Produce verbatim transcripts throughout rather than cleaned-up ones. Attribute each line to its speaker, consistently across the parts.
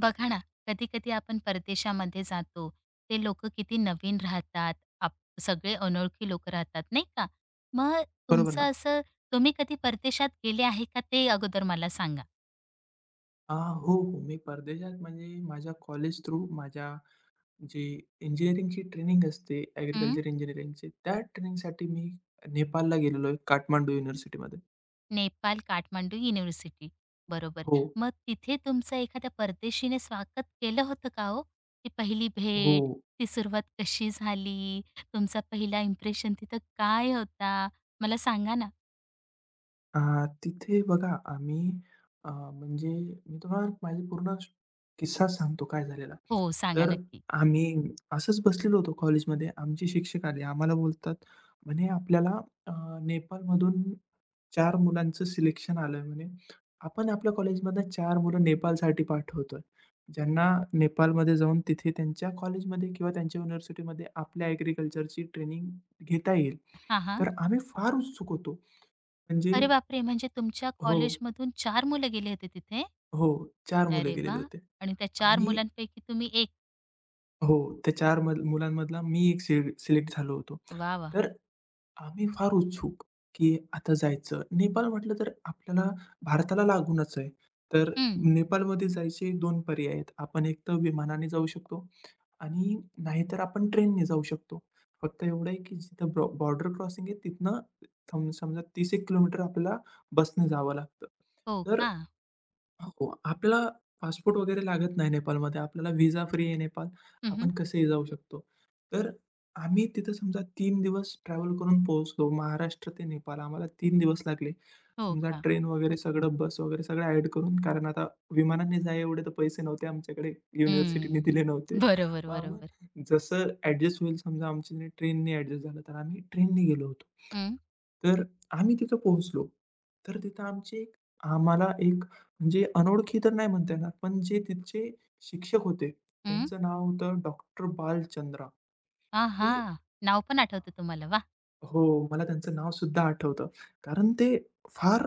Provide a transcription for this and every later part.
Speaker 1: बघा ना, कधी-कधी आपण परदेशामध्ये जातो. ते लोक किती नवीन राहतात. आप सगळे अनोळखी लोक राहतात, नाही का? मग
Speaker 2: बरोबर ना.
Speaker 1: तुमचं असं तुम्ही कधी परदेशात गेले आहे का ते अगोदर मला सांगा?
Speaker 2: अ, हो, हो. मी परदेशात म्हणजे माझ्या कॉलेज थ्रू माझ्या जी इंजिनिअरिंगची ट्रेनिंग असते,
Speaker 1: हं.
Speaker 2: ॲग्रीकल्चर इंजिनिअरिंगची, त्या ट्रेनिंगसाठी मी नेपाळला गेलेलो आहे, काठमांडू युनिव्हर्सिटीमध्ये.
Speaker 1: नेपाल काठमांडू युनिव्हर्सिटी. बरोबर.
Speaker 2: हो,
Speaker 1: मग तिथे तुमचं एखाद्या परदेशीने स्वागत केलं होतं का हो? ती पहिली
Speaker 2: हो.
Speaker 1: भेट, ती सुरुवात कशी झाली? तुमचा पहिला इम्प्रेशन तिथं काय होता? मला सांगा ना?
Speaker 2: अ, तिथे बघा आम्ही अ, म्हणजे मी तुम्हाला माझी पूर्ण किस्सा सांगतो काय झालेला.
Speaker 1: हो, सांगा
Speaker 2: तर
Speaker 1: नक्की.
Speaker 2: आम्ही असंच बसलेलो होतो कॉलेजमध्ये. आमचे शिक्षक आले. आम्हाला बोलतात म्हणे आपल्याला अ, नेपाळमधून चार मुलांचं सिलेक्शन आलंय म्हणे. आपण आपल्या कॉलेजमधनं चार मुलं नेपाळसाठी पाठवतोय. ज्यांना नेपाळमध्ये जाऊन तिथे त्यांच्या कॉलेजमध्ये किंवा त्यांच्या युनिव्हर्सिटीमध्ये आपल्या ॲग्रीकल्चरची ट्रेनिंग घेता येईल.
Speaker 1: हां, हां.
Speaker 2: तर आम्ही फार उत्सुक होतो. म्हणजे
Speaker 1: अरे बापरे! म्हणजे तुमच्या
Speaker 2: हो,
Speaker 1: कॉलेजमधून चार मुलं गेले होते तिथे?
Speaker 2: हो. चार मुलं
Speaker 1: अरे
Speaker 2: गेलेले
Speaker 1: वाह!
Speaker 2: होते.
Speaker 1: आणि त्या चार
Speaker 2: आम्ही
Speaker 1: मुलांपैकी तुम्ही एक.
Speaker 2: हो, त्या चार मध मुलांमधला मी एक सिले सिलेक्ट झालो होतो.
Speaker 1: वाह, वाह!
Speaker 2: तर आम्ही फार उत्सुक, की आता जायचं. नेपाळ म्हटलं तर आपल्याला भारताला लागूनच आहे. तर
Speaker 1: हं.
Speaker 2: नेपाळमध्ये जायचे दोन पर्याय आहेत. आपण एक तर विमानाने जाऊ शकतो आणि नाहीतर आपण ट्रेनने जाऊ शकतो. फक्त एवढं आहे, की जिथं बॉ बॉर्डर क्रॉसिंग आहे तिथनं सम समजा तीस एक किलोमीटर आपल्याला बसने जावं लागतं.
Speaker 1: हो
Speaker 2: तर
Speaker 1: का?
Speaker 2: हो, आपल्याला पासपोर्ट वगैरे लागत नाही नेपाळमध्ये. आपल्याला व्हिसा फ्री आहे नेपाळ.
Speaker 1: हं, हं.
Speaker 2: आपण कसंही जाऊ शकतो. तर आम्ही तिथं समजा तीन दिवस ट्रॅव्हल करून पोहोचलो. महाराष्ट्र ते नेपाळ आम्हाला तीन दिवस लागले.
Speaker 1: हो
Speaker 2: समजा
Speaker 1: का?
Speaker 2: ट्रेन वगैरे सगळं, बस वगैरे सगळं ॲड करून. कारण आता विमानाने जाय एवढे तर पैसे नव्हते आमच्याकडे. युनिव्हर्सिटीने
Speaker 1: हं.
Speaker 2: दिले नव्हते.
Speaker 1: बरोबर,
Speaker 2: मग
Speaker 1: बरोबर.
Speaker 2: आम्ही जसं ॲडजस्ट होईल समजा आमच्याने ट्रेनने ॲडजस्ट झालं, तर आम्ही ट्रेनने गेलो होतो.
Speaker 1: हं,
Speaker 2: तर आम्ही तिथं पोहोचलो. तर तिथं आमची एक आम्हाला एक म्हणजे अनोळखी तर नाही म्हणता येणार, पण जे तिथचे शिक्षक होते,
Speaker 1: हं.
Speaker 2: त्यांचं नाव होतं डॉक्टर बालचंद्रा.
Speaker 1: आहा!
Speaker 2: ते
Speaker 1: नाव पण आठवतं तुम्हाला. वा.
Speaker 2: हो, मला त्यांचं नावसुद्धा आठवतं. कारण ते फार,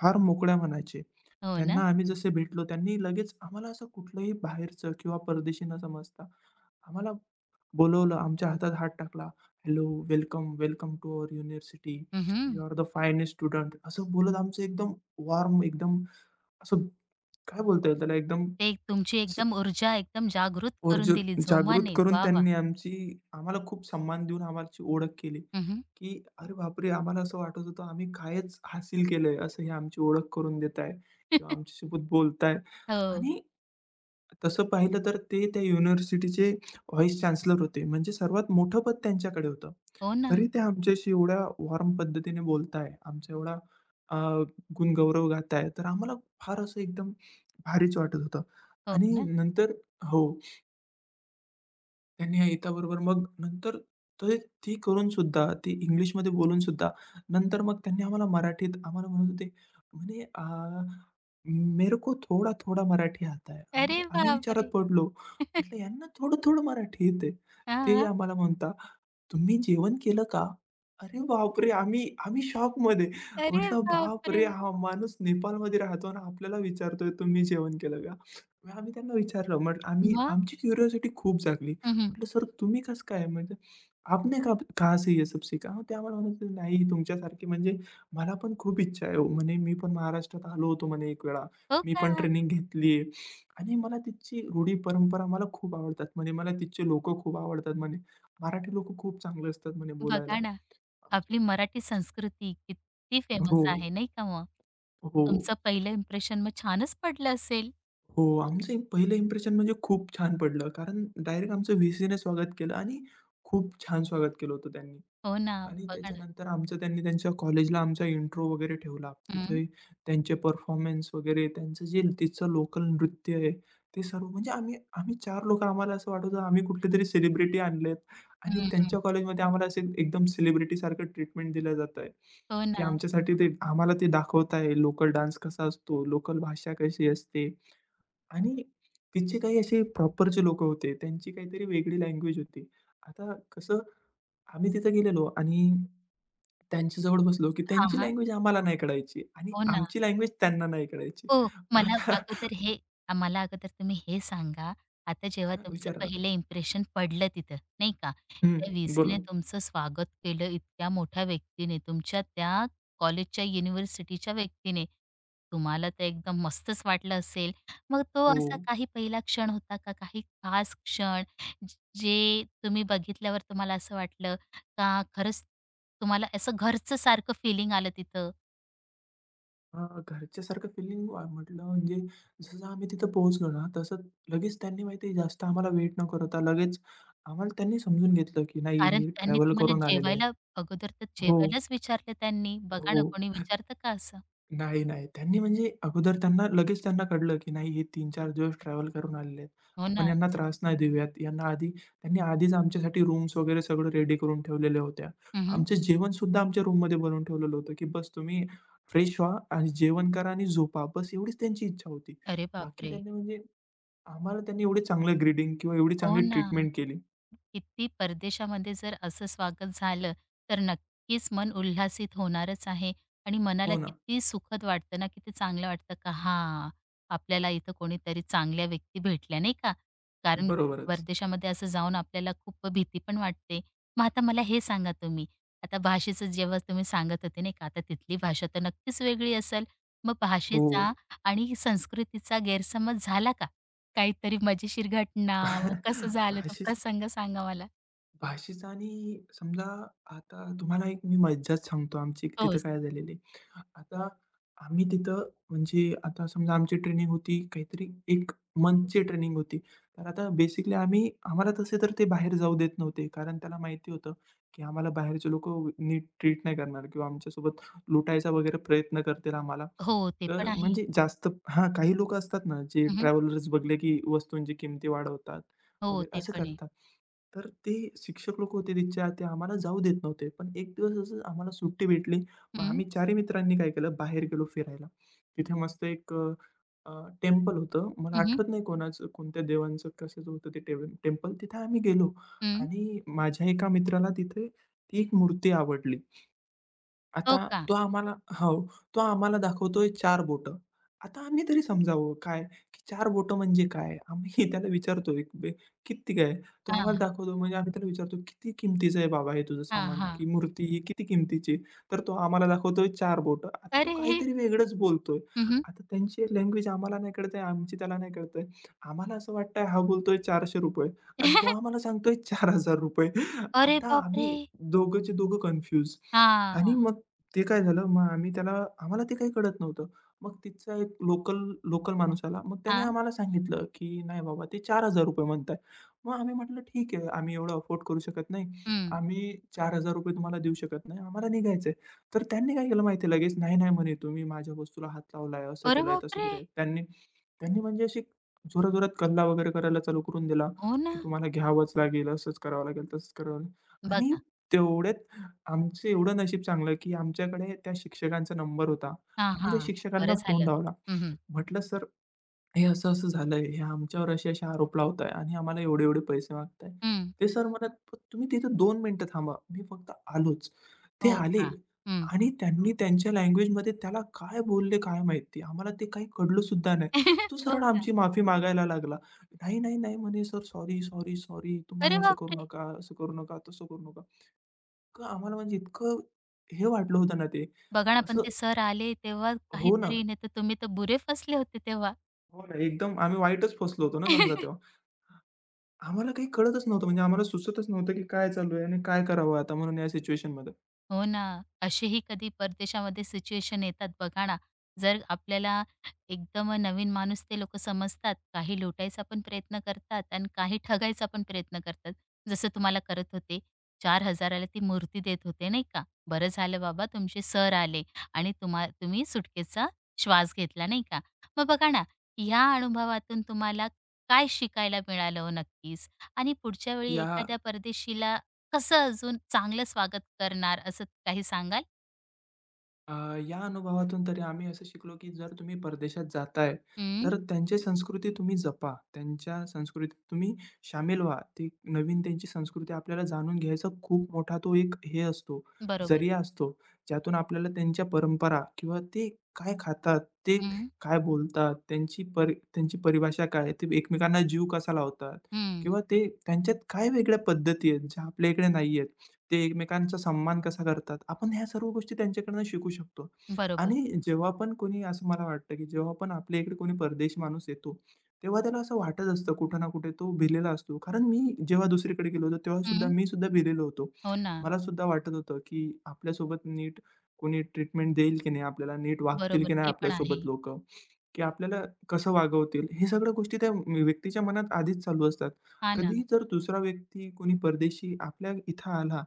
Speaker 2: फार मोकळ्या मनाचे.
Speaker 1: हो
Speaker 2: त्यांना
Speaker 1: ना?
Speaker 2: आम्ही जसे भेटलो, त्यांनी लगेच आम्हाला असं कुठलंही बाहेरचं किंवा परदेशी न समजता आम्हाला बोलावलं, आमच्या हातात हात टाकला. "Hello, welcome, welcome to our university.
Speaker 1: हं, हं.
Speaker 2: You are the finest student." असं बोलत आमचं एकदम वॉर्म, एकदम असं काय बोलता येईल त्याला, एकदम
Speaker 1: ते एक तुमची
Speaker 2: असं
Speaker 1: एकदम ऊर्जा एकदम जागृत करून दिली
Speaker 2: वर्ज- जागृत
Speaker 1: जोमाने.
Speaker 2: करून
Speaker 1: वाह, वाह!
Speaker 2: त्यांनी आमची आम्हाला खूप सन्मान देऊन आमची ओळख केली,
Speaker 1: हं.
Speaker 2: की अरे बापरे! आम्हाला असं वाटत होतं आम्ही कायच हासिल केलंय, असं हे आमची ओळख करून देत आहे किंवा आमच्यासोबत बोलताय
Speaker 1: हो.
Speaker 2: आणि तसं पाहिलं तर ते त्या युनिव्हर्सिटीचे व्हाईस चान्सलर होते. म्हणजे सर्वात मोठं पद त्यांच्याकडे होतं.
Speaker 1: हो ना.
Speaker 2: तरी ते आमच्याशी एवढ्या वॉर्म पद्धतीने बोलताय, आमचा एवढा अ, गुणगौरव गाताय, तर आम्हाला फार असं एकदम भारीच वाटत होतं
Speaker 1: हो
Speaker 2: आणि
Speaker 1: ना.
Speaker 2: नंतर हो. त्यांनी आयताबरोबर मग नंतर ते ती करून सुद्धा, ती इंग्लिशमध्ये बोलून सुद्धा, नंतर मग त्यांनी आम्हाला मराठीत आम्हाला म्हणत होते, म्हणे अ, "मेरे को थोडा-थोडा मराठी आता है." आम्हा
Speaker 1: अरे
Speaker 2: आम्ही विचारात
Speaker 1: बापरे!
Speaker 2: पडलो. म्हटलं, "यांना थोडं-थोडं मराठी येतंय." ते
Speaker 1: हां.
Speaker 2: आम्हाला म्हणता, "तुम्ही जेवण केलं का?" अरे बापरे! आम्ही आम्ही शॉकमध्ये.
Speaker 1: अरे
Speaker 2: म्हटलं,
Speaker 1: बापरे!
Speaker 2: "बापरे! हा माणूस नेपाळमध्ये राहतो आणि आपल्याला विचारतोय, तुम्ही जेवण केलं का?" मग आम्ही त्यांना विचारलं. म्हटलं आम्ही
Speaker 1: मग?
Speaker 2: आमची क्युरिओसिटी खूप जागली.
Speaker 1: हं.
Speaker 2: म्हटलं, "सर तुम्ही कसं काय?" म्हणजे "आपने कब कहाँ से ये सब सीखा?" मग त्या मला म्हणत होत्या, "नाही तुमच्यासारखी म्हणजे मला पण खूप इच्छा आहे हो." म्हणे, "मी पण महाराष्ट्रात आलो होतो म्हणे एक वेळा.
Speaker 1: हो
Speaker 2: मी पण
Speaker 1: का?
Speaker 2: ट्रेनिंग घेतली आहे आणि मला तिथची रूढी परंपरा मला खूप आवडतात." म्हणे, "मला तिथचे लोकं खूप आवडतात." म्हणे, "मराठी लोकं खूप चांगले असतात." म्हणे बोलायला.
Speaker 1: बघा ना, आपली मराठी संस्कृती किती फेमस
Speaker 2: हो,
Speaker 1: आहे नाही का मग?
Speaker 2: हो,
Speaker 1: तुमचं पहिलं इम्प्रेशन मग छानच पडलं असेल?
Speaker 2: हो. आमचं एक पहिलं इम्प्रेशन म्हणजे खूप छान पडलं कारण डायरेक्ट आमचं व्ही सीने स्वागत केलं आणि खूप छान स्वागत केलं होतं त्यांनी.
Speaker 1: हो ना.
Speaker 2: आणि
Speaker 1: बघा ना.
Speaker 2: त्याच्यानंतर आमचं त्यांनी त्यांच्या कॉलेजला आमचा इंट्रो वगैरे ठेवला.
Speaker 1: हं,
Speaker 2: तिथे त्यांचे परफॉर्मन्स वगैरे, त्यांचं जे तिथचं लोकल नृत्य आहे, ते सर्व म्हणजे आम्ही आम्ही चार लोकं आम्हाला असं वाटत होतं आम्ही कुठलेतरी सेलिब्रिटी आणलेत आणि
Speaker 1: हं, हं.
Speaker 2: त्यांच्या कॉलेजमध्ये आम्हाला असे एकदम सेलिब्रिटीसारखं ट्रीटमेंट दिलं जात आहे,
Speaker 1: हो
Speaker 2: की
Speaker 1: ना.
Speaker 2: आमच्यासाठी ते आम्हाला ते दाखवत आहे लोकल डान्स कसा असतो, लोकल भाषा कशी असते आणि तिथचे काही असे प्रॉपर जे होते, त्यांची काहीतरी वेगळी लँग्वेज होती. आता कसं आम्ही तिथे गेलेलो आणि त्यांच्याजवळ बसलो, की
Speaker 1: हां,
Speaker 2: त्यांची
Speaker 1: हां.
Speaker 2: लँग्वेज आम्हाला नाही कळायची आणि
Speaker 1: हो ना.
Speaker 2: आमची लँग्वेज त्यांना नाही कळायची.
Speaker 1: हो, मला
Speaker 2: आता
Speaker 1: अगोदर हे मला अगोदर तुम्ही हे सांगा, आता जेव्हा तुमचं
Speaker 2: विचारा ना.
Speaker 1: पहिलं इम्प्रेशन पडलं तिथं, नाही का?
Speaker 2: हं,
Speaker 1: त्या
Speaker 2: बोला.
Speaker 1: व्हीसीने तुमचं स्वागत केलं इतक्या मोठ्या व्यक्तीने, तुमच्या त्या कॉलेजच्या, युनिव्हर्सिटीच्या व्यक्तीने. तुम्हाला तर एकदम मस्तच वाटलं असेल. मग तो
Speaker 2: हो.
Speaker 1: असा काही पहिला क्षण होता का, काही खास क्षण, ज- जे तुम्ही बघितल्यावर तुम्हाला असं वाटलं का खरंच तुम्हाला असं घरचं सारखं फीलिंग आलं तिथं?
Speaker 2: अ, घरच्यासारखं फिलिंग अ, म्हटलं म्हणजे जसं आम्ही तिथं पोहोचलो ना, तसं लगेच त्यांनी माहिती आहे जास्त आम्हाला वेट न करता लगेच आम्हाला त्यांनी समजून घेतलं, की नाही
Speaker 1: कारण
Speaker 2: हे
Speaker 1: त्यांनी
Speaker 2: ट्रॅव्हल
Speaker 1: तुम्हाला
Speaker 2: करून आलेले आहेत.
Speaker 1: जेवायला अगोदर तर
Speaker 2: हो,
Speaker 1: जेवायलाच विचारलं त्यांनी. बघा ना,
Speaker 2: हो.
Speaker 1: कोणी विचारतं का असं?
Speaker 2: नाही, नाही. त्यांनी म्हणजे अगोदर त्यांना लगेच त्यांना कळलं, की नाही हे तीन चार दिवस ट्रॅव्हल करून आलेले आहेत.
Speaker 1: हो
Speaker 2: आपण
Speaker 1: ना.
Speaker 2: यांना त्रास नाही देऊयात. यांना आधी त्यांनी आधीच आमच्यासाठी रूम्स वगैरे सगळं रेडी करून ठेवलेल्या होत्या.
Speaker 1: हं.
Speaker 2: आमचं जेवणसुद्धा आमच्या रूममध्ये बनवून ठेवलेलं होतं, की बस तुम्ही फ्रेश व्हा आणि जेवण करा आणि झोपा. बस एवढीच त्यांची इच्छा होती.
Speaker 1: अरे
Speaker 2: बाकी
Speaker 1: बापरे!
Speaker 2: त्यांनी म्हणजे आम्हाला त्यांनी एवढे चांगलं ग्रीडिंग किंवा एवढी
Speaker 1: हो
Speaker 2: चांगली
Speaker 1: ना.
Speaker 2: ट्रीटमेंट केली.
Speaker 1: किती परदेशामध्ये जर असं स्वागत झालं, तर नक्कीच मन उल्हासित होणारच आहे आणि मनाला
Speaker 2: हो ना.
Speaker 1: किती सुखद वाटतं ना, किती चांगलं वाटतं का हां, आपल्याला इथं कोणीतरी चांगल्या व्यक्ती भेटल्या, नाही का? कारण
Speaker 2: बरोबरच.
Speaker 1: परदेशामध्ये असं जाऊन आपल्याला खूप भीती पण वाटते. मग आता मला हे सांगा तुम्ही, आता भाषेचं जेव्हा तुम्ही सांगत होते, नाही का? आता तिथली भाषा तर नक्कीच वेगळी असेल. मग
Speaker 2: हो.
Speaker 1: भाषेचा आणि संस्कृतीचा गैरसमज झाला का? काहीतरी मजेशीर घटना, मग कसं झालं तो
Speaker 2: भाषेचा
Speaker 1: प्रसंग सांगा मला?
Speaker 2: भाषेचा आणि समजा आता तुम्हाला एक मी मज्जाच सांगतो आमची एक
Speaker 1: हो.
Speaker 2: तिथं काय झालेली. आता आम्ही तिथं म्हणजे आता समजा आमची ट्रेनिंग होती काहीतरी एक मंथची ट्रेनिंग होती. तर आता बेसिकली आम्ही आम्हाला तसे तर ते बाहेर जाऊ देत नव्हते. कारण त्याला माहिती होतं, की आम्हाला बाहेरचे लोकं नीट ट्रीट नाही करणार किंवा आमच्यासोबत लुटायचा वगैरे प्रयत्न करतील आम्हाला.
Speaker 1: हो, ते पण
Speaker 2: तर
Speaker 1: आहे.
Speaker 2: म्हणजे जास्त हां, काही लोकं असतात ना, जे
Speaker 1: हं, हं.
Speaker 2: ट्रॅव्हलर्स बघले की वस्तूंची किमती वाढवतात
Speaker 1: हो,
Speaker 2: वगैरे
Speaker 1: ते
Speaker 2: असं
Speaker 1: पण आहे.
Speaker 2: करतात. तर ते शिक्षक लोकं होते तिच्या ते आम्हाला जाऊ देत नव्हते. पण एक दिवस असं आम्हाला सुट्टी भेटली मग
Speaker 1: हं,
Speaker 2: आम्ही चारही मित्रांनी काय केलं, बाहेर गेलो फिरायला. तिथे मस्त एक अ, अ, टेम्पल होतं. मला
Speaker 1: हं, हं,
Speaker 2: आठवत नाही कोणाचं, कोणत्या देवांचं, कशाचं होतं ते टेम टेम्पल. तिथे आम्ही गेलो आणि माझ्या एका मित्राला तिथे ती एक मूर्ती आवडली.
Speaker 1: हो
Speaker 2: आता
Speaker 1: का?
Speaker 2: तो आम्हाला हो, तो आम्हाला दाखवतोय चार बोटं. आता आम्ही तरी समजावं काय, की चार बोटं म्हणजे काय? आम्ही त्याला विचारतोय बे किती काय? तो
Speaker 1: हां,
Speaker 2: आम्हाला दाखवतो म्हणजे आम्ही त्याला विचारतो, "किती किमतीचं आहे बाबा हे तुझं
Speaker 1: हां,
Speaker 2: सामान?
Speaker 1: हां.
Speaker 2: की मूर्ती ही किती किमतीची तर तो आम्हाला दाखवतोय चार बोटं. आता तो
Speaker 1: अरे!
Speaker 2: काहीतरी वेगळंच बोलतोय.
Speaker 1: हं.
Speaker 2: आता त्यांची लँग्वेज आम्हाला नाही कळत आहे, आमची त्याला नाही कळत आहे. आम्हाला असं वाटतंय हा बोलतोय ₹चारशे रुपये आणि तो आम्हाला सांगतोय ₹चार हजार रुपये.
Speaker 1: अरे
Speaker 2: आता
Speaker 1: बापरे!
Speaker 2: आम्ही दोघंच्या दोघं कन्फ्यूज
Speaker 1: हां,
Speaker 2: आणि मग ते काय झालं, मग आम्ही त्याला आम्हाला ते काही कळत नव्हतं. मग तिथचा एक लोकल लोकल माणूस आला. मग त्याने
Speaker 1: हां.
Speaker 2: आम्हाला सांगितलं, की "नाही बाबा, ते ₹चार हजार रुपये म्हणताय." मग आम्ही म्हटलं, "ठीक आहे, आम्ही एवढं अफोर्ड करू शकत नाही.
Speaker 1: हं.
Speaker 2: आम्ही ₹चार हजार रुपये तुम्हाला देऊ शकत नाही. आम्हाला निघायचं तर त्यांनी काय केलं माहिती लगेच, "नाही, नाही," म्हणे, "तुम्ही माझ्या वस्तूला हात लावलाय, असं
Speaker 1: अरे
Speaker 2: केलंय, तसं
Speaker 1: बापरे!
Speaker 2: केलंय." त्यांनी त्यांनी म्हणजे अशी जोराजोरात कल्ला वगैरे करायला चालू करून दिला,
Speaker 1: हो ना.
Speaker 2: की "तुम्हाला घ्यावंच लागेल, असंच करावं लागेल, तसंच करावं लागेल." आणि
Speaker 1: बघा.
Speaker 2: तेवढ्यात आमचं एवढं नशीब चांगलं, की आमच्याकडे त्या शिक्षकांचा नंबर होता.
Speaker 1: हां,
Speaker 2: आम्ही
Speaker 1: हां.
Speaker 2: त्या
Speaker 1: बरं
Speaker 2: शिक्षकांना फोन
Speaker 1: झालं.
Speaker 2: लावला.
Speaker 1: हं, हं.
Speaker 2: म्हटलं, "सर, हे असं-असं झालंय. हे आमच्यावर असे-असे आरोप लावताय आणि आम्हाला एवढे-एवढे पैसे मागताय." ते सर म्हणत, "पण तुम्ही तिथे दोन मिनिटं थांबा. मी फक्त आलोच." ते
Speaker 1: हो
Speaker 2: आले
Speaker 1: का? हं.
Speaker 2: आणि त्यांनी त्यांच्या लँग्वेजमध्ये त्याला काय बोलले काय माहिती. आम्हाला ते काही कळलं सुद्धा नाही. तो
Speaker 1: हो
Speaker 2: सरळ
Speaker 1: का?
Speaker 2: आमची माफी मागायला लागला. "नाही, नाही, नाही," म्हणे, "सर, सॉरी, सॉरी, सॉरी. तुम्ही
Speaker 1: अरे
Speaker 2: असं करू
Speaker 1: बापरे!
Speaker 2: नका, असं करू नका, तसं करू नका." इतकं आम्हाला म्हणजे इतकं हे वाटलं होतं ना ते.
Speaker 1: बघा ना, पण ते
Speaker 2: असं
Speaker 1: सर आले तेव्हा
Speaker 2: हो ना,
Speaker 1: काहीतरी, नाहीतर तुम्ही तर बुरे फसले होते तेव्हा.
Speaker 2: हो ना, एकदम आम्ही वाईटच फसलो होतो ना समजा तेव्हा. आम्हाला काही कळतच नव्हतं म्हणजे आम्हाला सुचतच नव्हतं की काय चालू आहे आणि काय करावं आता म्हणून या सिच्युएशनमध्ये.
Speaker 1: हो ना. असेही कधी परदेशामध्ये सिच्युएशन येतात बघा ना. जर आपल्याला एकदम नवीन माणूस ते लोकं समजतात, काही लुटायचा पण प्रयत्न करतात आणि काही ठगायचा पण प्रयत्न करतात. जसं तुम्हाला करत होते. चार हजार ला ती मूर्ती देत होते नाही का. बरं झालं बाबा तुमचे सर आले आणि तुम्हा तुम्ही सुटकेचा श्वास घेतला नाही का. मग बघा ना, ह्या अनुभवातून तुम्हाला काय शिकायला मिळालं हो नक्कीच? आणि पुढच्या वेळी
Speaker 2: या
Speaker 1: एखाद्या परदेशीला कसं अजून चांगलं स्वागत करणार असं काही सांगाल?
Speaker 2: अ, या अनुभवातून तरी आम्ही असं शिकलो, की जर तुम्ही परदेशात जाताय,
Speaker 1: हं,
Speaker 2: तर त्यांची संस्कृती तुम्ही जपा. त्यांच्या संस्कृतीत तुम्ही शामील व्हा. ती नवीन त्यांची संस्कृती आपल्याला जाणून घ्यायचा खूप मोठा तो एक हे असतो,
Speaker 1: बरोबर.
Speaker 2: जरिया असतो, ज्यातून आपल्याला त्यांच्या परंपरा किंवा ते काय खातात, ते
Speaker 1: हं,
Speaker 2: काय बोलतात, त्यांची परि त्यांची परिभाषा काय ते एकमेकांना जीव कसा लावतात
Speaker 1: हं,
Speaker 2: किंवा ते त्यांच्यात काय वेगळ्या पद्धती आहेत, ज्या आपल्या इकडे नाहीयेत. ते एकमेकांचा सन्मान कसा करतात, आपण ह्या सर्व गोष्टी त्यांच्याकडनं शिकू शकतो.
Speaker 1: बरोबर.
Speaker 2: आणि जेव्हा पण कोणी असं मला वाटतं, की जेव्हा पण आपल्या इकडे कोणी परदेशी माणूस येतो, तेव्हा त्याला असं वाटत असतं कुठे ना कुठे तो भिलेला असतो. कारण मी जेव्हा दुसरीकडे गेलो होतो, तेव्हा सुद्धा
Speaker 1: हं,
Speaker 2: मी सुद्धा भिलेलो होतो.
Speaker 1: हो ना.
Speaker 2: मला सुद्धा वाटत होतं, की आपल्यासोबत नीट कोणी ट्रीटमेंट देईल की नाही आपल्याला, नीट वागतील
Speaker 1: बरोबर.
Speaker 2: की नाही
Speaker 1: ते पण आहे.
Speaker 2: आपल्यासोबत लोकं, की आपल्याला कसं वागवतील, हे सगळ्या गोष्टी त्या व्यक्तीच्या मनात आधीच चालू असतात.
Speaker 1: हां ना.
Speaker 2: कधीही जर दुसरा व्यक्ती कोणी परदेशी आपल्या इथं आला,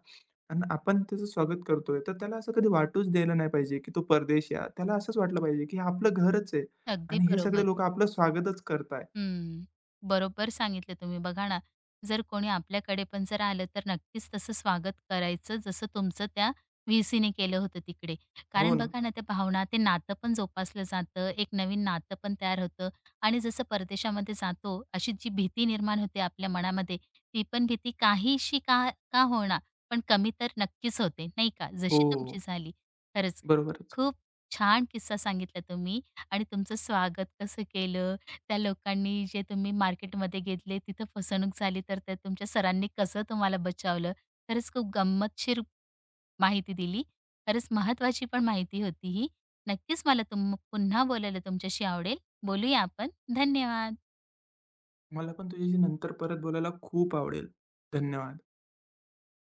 Speaker 2: आणि आपण त्याचं स्वागत करतोय, तर त्याला असं कधी वाटूच द्यायला नाही पाहिजे, की तो परदेशी आहे. त्याला असंच वाटलं पाहिजे, की हे आपलं घरच आहे
Speaker 1: अगदी
Speaker 2: आणि हे
Speaker 1: बरोबर.
Speaker 2: सगळे लोकं आपलं स्वागतच करताय.
Speaker 1: हं. बरोबर सांगितलं तुम्ही. बघा ना, जर कोणी आपल्याकडे पण जर आलं, तर नक्कीच तसं स्वागत करायचं, जसं तुमचं त्या व्ही-सीने केलं होतं तिकडे.
Speaker 2: हो
Speaker 1: कारण
Speaker 2: ना.
Speaker 1: बघा ना, त्या भावना, ते नातं पण जोपासलं जातं, एक नवीन नातं पण तयार होतं आणि जसं परदेशामध्ये जातो, अशी जी भीती निर्माण होते आपल्या मनामध्ये, ती पण भीती काहीशी का का होईना, पण कमी तर नक्कीच होते, नाही का?
Speaker 2: हो,
Speaker 1: जशी
Speaker 2: हो,
Speaker 1: तुमची
Speaker 2: हो.
Speaker 1: झाली. खरंच
Speaker 2: बरोबरच.
Speaker 1: खूप छान किस्सा सांगितला तुम्ही आणि तुमचं स्वागत कसं केलं, त्या लोकांनी जे तुम्ही मार्केटमध्ये घेतले तिथं फसवणूक झाली तर त्या तुमच्या सरांनी कसं तुम्हाला बचावलं. खरंच खूप गंमतशीर माहिती दिली. खरंच महत्वाची पण माहिती होती ही. नक्कीच मला तुम पुन्हा बोलायला तुमच्याशी आवडेल. बोलूया आपण. धन्यवाद.
Speaker 2: मला पण तुझ्याशी नंतर परत बोलायला खूप आवडेल. धन्यवाद.